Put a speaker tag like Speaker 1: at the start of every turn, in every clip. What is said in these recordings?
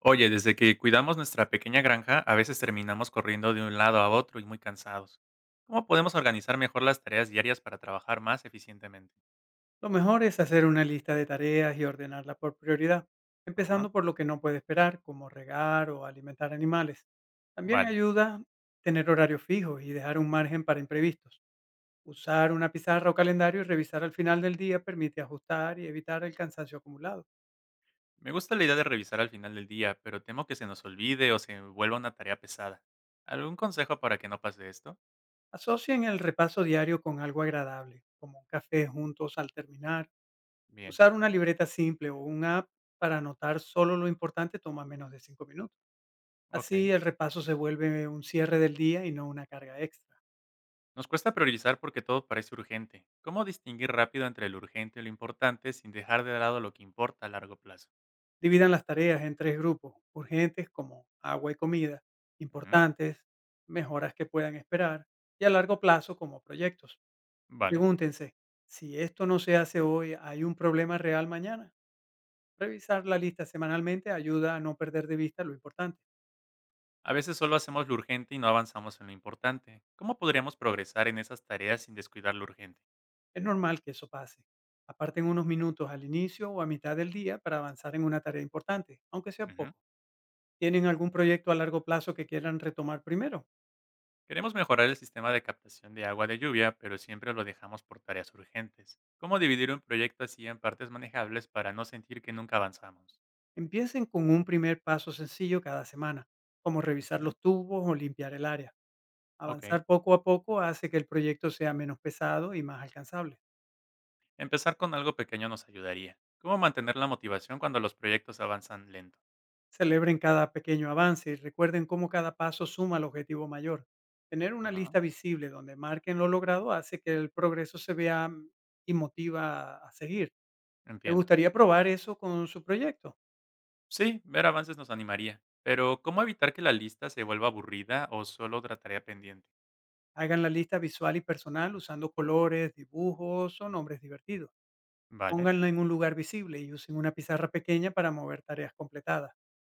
Speaker 1: Oye, desde que cuidamos nuestra pequeña granja, a veces terminamos corriendo de un lado a otro y muy cansados. ¿Cómo podemos organizar mejor las tareas diarias para trabajar más eficientemente?
Speaker 2: Lo mejor es hacer una lista de tareas y ordenarla por prioridad, empezando
Speaker 1: Ajá,
Speaker 2: por lo que no puede esperar, como regar o alimentar animales. También
Speaker 1: vale.
Speaker 2: ayuda tener horarios fijos y dejar un margen para imprevistos. Usar una pizarra o calendario y revisar al final del día permite ajustar y evitar el cansancio acumulado.
Speaker 1: Me gusta la idea de revisar al final del día, pero temo que se nos olvide o se vuelva una tarea pesada. ¿Algún consejo para que no pase esto?
Speaker 2: Asocien el repaso diario con algo agradable, como un café juntos al terminar.
Speaker 1: Bien,
Speaker 2: Usar una libreta simple o un app para anotar solo lo importante toma menos de 5 minutos. Así
Speaker 1: ok.
Speaker 2: el repaso se vuelve un cierre del día y no una carga extra.
Speaker 1: Nos cuesta priorizar porque todo parece urgente. ¿Cómo distinguir rápido entre lo urgente y lo importante sin dejar de lado lo que importa a largo plazo?
Speaker 2: Dividan las tareas en tres grupos, urgentes como agua y comida,
Speaker 1: Ujú,
Speaker 2: importantes, mejoras que puedan esperar, y a largo plazo como proyectos.
Speaker 1: vale.
Speaker 2: Pregúntense, si esto no se hace hoy, ¿hay un problema real mañana? Revisar la lista semanalmente ayuda a no perder de vista lo importante.
Speaker 1: A veces solo hacemos lo urgente y no avanzamos en lo importante. ¿Cómo podríamos progresar en esas tareas sin descuidar lo urgente?
Speaker 2: Es normal que eso pase. Aparten unos minutos al inicio o a mitad del día para avanzar en una tarea importante, aunque sea
Speaker 1: Ujú.
Speaker 2: poco. ¿Tienen algún proyecto a largo plazo que quieran retomar primero?
Speaker 1: Queremos mejorar el sistema de captación de agua de lluvia, pero siempre lo dejamos por tareas urgentes. ¿Cómo dividir un proyecto así en partes manejables para no sentir que nunca avanzamos?
Speaker 2: Empiecen con un primer paso sencillo cada semana, como revisar
Speaker 1: Ujú.
Speaker 2: los tubos o limpiar el área.
Speaker 1: Ok.
Speaker 2: Avanzar poco a poco hace que el proyecto sea menos pesado y más alcanzable.
Speaker 1: Empezar con algo pequeño nos ayudaría. ¿Cómo mantener la motivación cuando los proyectos avanzan lento?
Speaker 2: Celebren cada pequeño avance y recuerden cómo cada paso suma al objetivo mayor. Tener una
Speaker 1: Ajá.
Speaker 2: lista visible donde marquen lo logrado hace que el progreso se vea y motiva a seguir. ¿Te
Speaker 1: Entiendo.
Speaker 2: gustaría probar eso con su proyecto?
Speaker 1: Sí, ver avances nos animaría. Pero ¿cómo evitar que la lista se vuelva aburrida o solo otra tarea pendiente?
Speaker 2: Hagan la lista visual y personal usando colores, dibujos o nombres divertidos.
Speaker 1: Vale.
Speaker 2: Pónganla en un lugar visible y usen una pizarra pequeña para mover tareas completadas.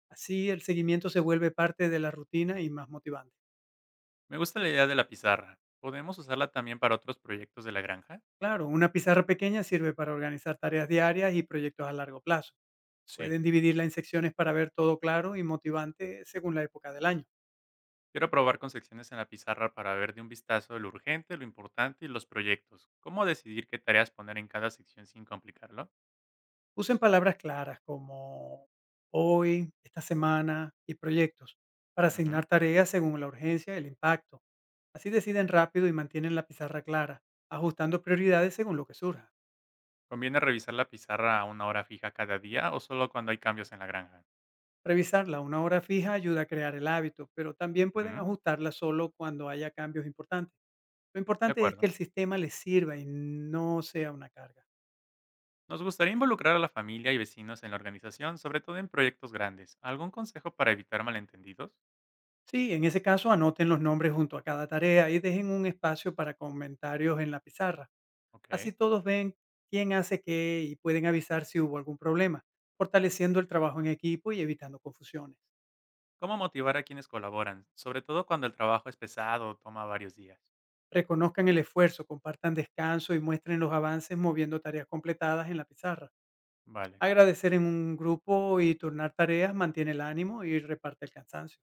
Speaker 2: Así el seguimiento se vuelve parte de la rutina y más motivante.
Speaker 1: Me gusta la idea de la pizarra. ¿Podemos usarla también para otros proyectos de la granja?
Speaker 2: Claro, una pizarra pequeña sirve para organizar tareas diarias y proyectos a largo plazo.
Speaker 1: Sí.
Speaker 2: Pueden dividirla en secciones para ver todo claro y motivante según la época del año.
Speaker 1: Quiero probar con secciones en la pizarra para ver de un vistazo lo urgente, lo importante y los proyectos. ¿Cómo decidir qué tareas poner en cada sección sin complicarlo?
Speaker 2: Usen palabras claras como hoy, esta semana y proyectos para
Speaker 1: Ujú.
Speaker 2: asignar tareas según la urgencia y el impacto. Así deciden rápido y mantienen la pizarra clara, ajustando prioridades según lo que surja.
Speaker 1: ¿Conviene revisar la pizarra a una hora fija cada día o solo cuando hay cambios en la granja?
Speaker 2: Revisarla a una hora fija ayuda a crear el hábito, pero también pueden
Speaker 1: Ujú.
Speaker 2: ajustarla solo cuando haya cambios importantes. Lo
Speaker 1: De
Speaker 2: importante es que
Speaker 1: acuerdo.
Speaker 2: el sistema les sirva y no sea una carga.
Speaker 1: Nos gustaría involucrar a la familia y vecinos en la organización, sobre todo en proyectos grandes. ¿Algún consejo para evitar malentendidos?
Speaker 2: Sí, en ese caso anoten los nombres junto a cada tarea y dejen un espacio para comentarios en la pizarra. Así
Speaker 1: Ok.
Speaker 2: todos ven quién hace qué y pueden avisar si hubo algún problema, fortaleciendo el trabajo en equipo y evitando confusiones.
Speaker 1: ¿Cómo motivar a quienes colaboran? Sobre todo cuando el trabajo es pesado o toma varios días.
Speaker 2: Reconozcan el esfuerzo, compartan descanso y muestren los avances moviendo tareas completadas en la pizarra.
Speaker 1: Vale.
Speaker 2: Agradecer en un grupo y turnar tareas mantiene el ánimo y reparte el cansancio.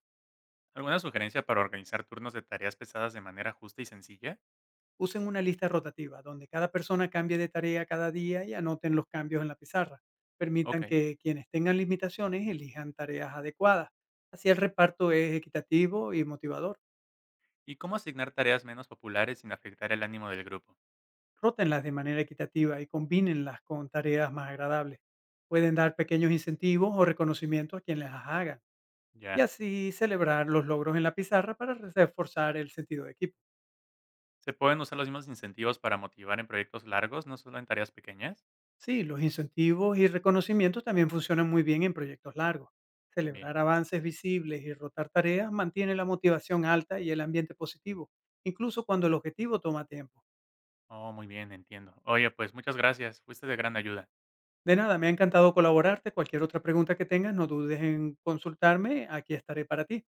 Speaker 1: ¿Alguna sugerencia para organizar turnos de tareas pesadas de manera justa y sencilla?
Speaker 2: Usen una lista rotativa donde cada persona cambie de tarea cada día y anoten los cambios en la pizarra.
Speaker 1: Ok.
Speaker 2: Permitan que quienes tengan limitaciones elijan tareas adecuadas. Así el reparto es equitativo y motivador.
Speaker 1: ¿Y cómo asignar tareas menos populares sin afectar el ánimo del grupo?
Speaker 2: Rótenlas de manera equitativa y combínenlas con tareas más agradables. Pueden dar pequeños incentivos o reconocimientos a quien las haga y
Speaker 1: Ya.
Speaker 2: así celebrar los logros en la pizarra para reforzar el sentido de equipo.
Speaker 1: ¿Se pueden usar los mismos incentivos para motivar en proyectos largos, no solo en tareas pequeñas?
Speaker 2: Sí, los incentivos y reconocimientos también funcionan muy bien en proyectos largos.
Speaker 1: Bien.
Speaker 2: Celebrar avances visibles y rotar tareas mantiene la motivación alta y el ambiente positivo, incluso cuando el objetivo toma tiempo.
Speaker 1: Oh, muy bien, entiendo. Oye, pues muchas gracias. Fuiste de gran ayuda.
Speaker 2: De nada, me ha encantado colaborarte. Cualquier otra pregunta que tengas, no dudes en consultarme. Aquí estaré para ti.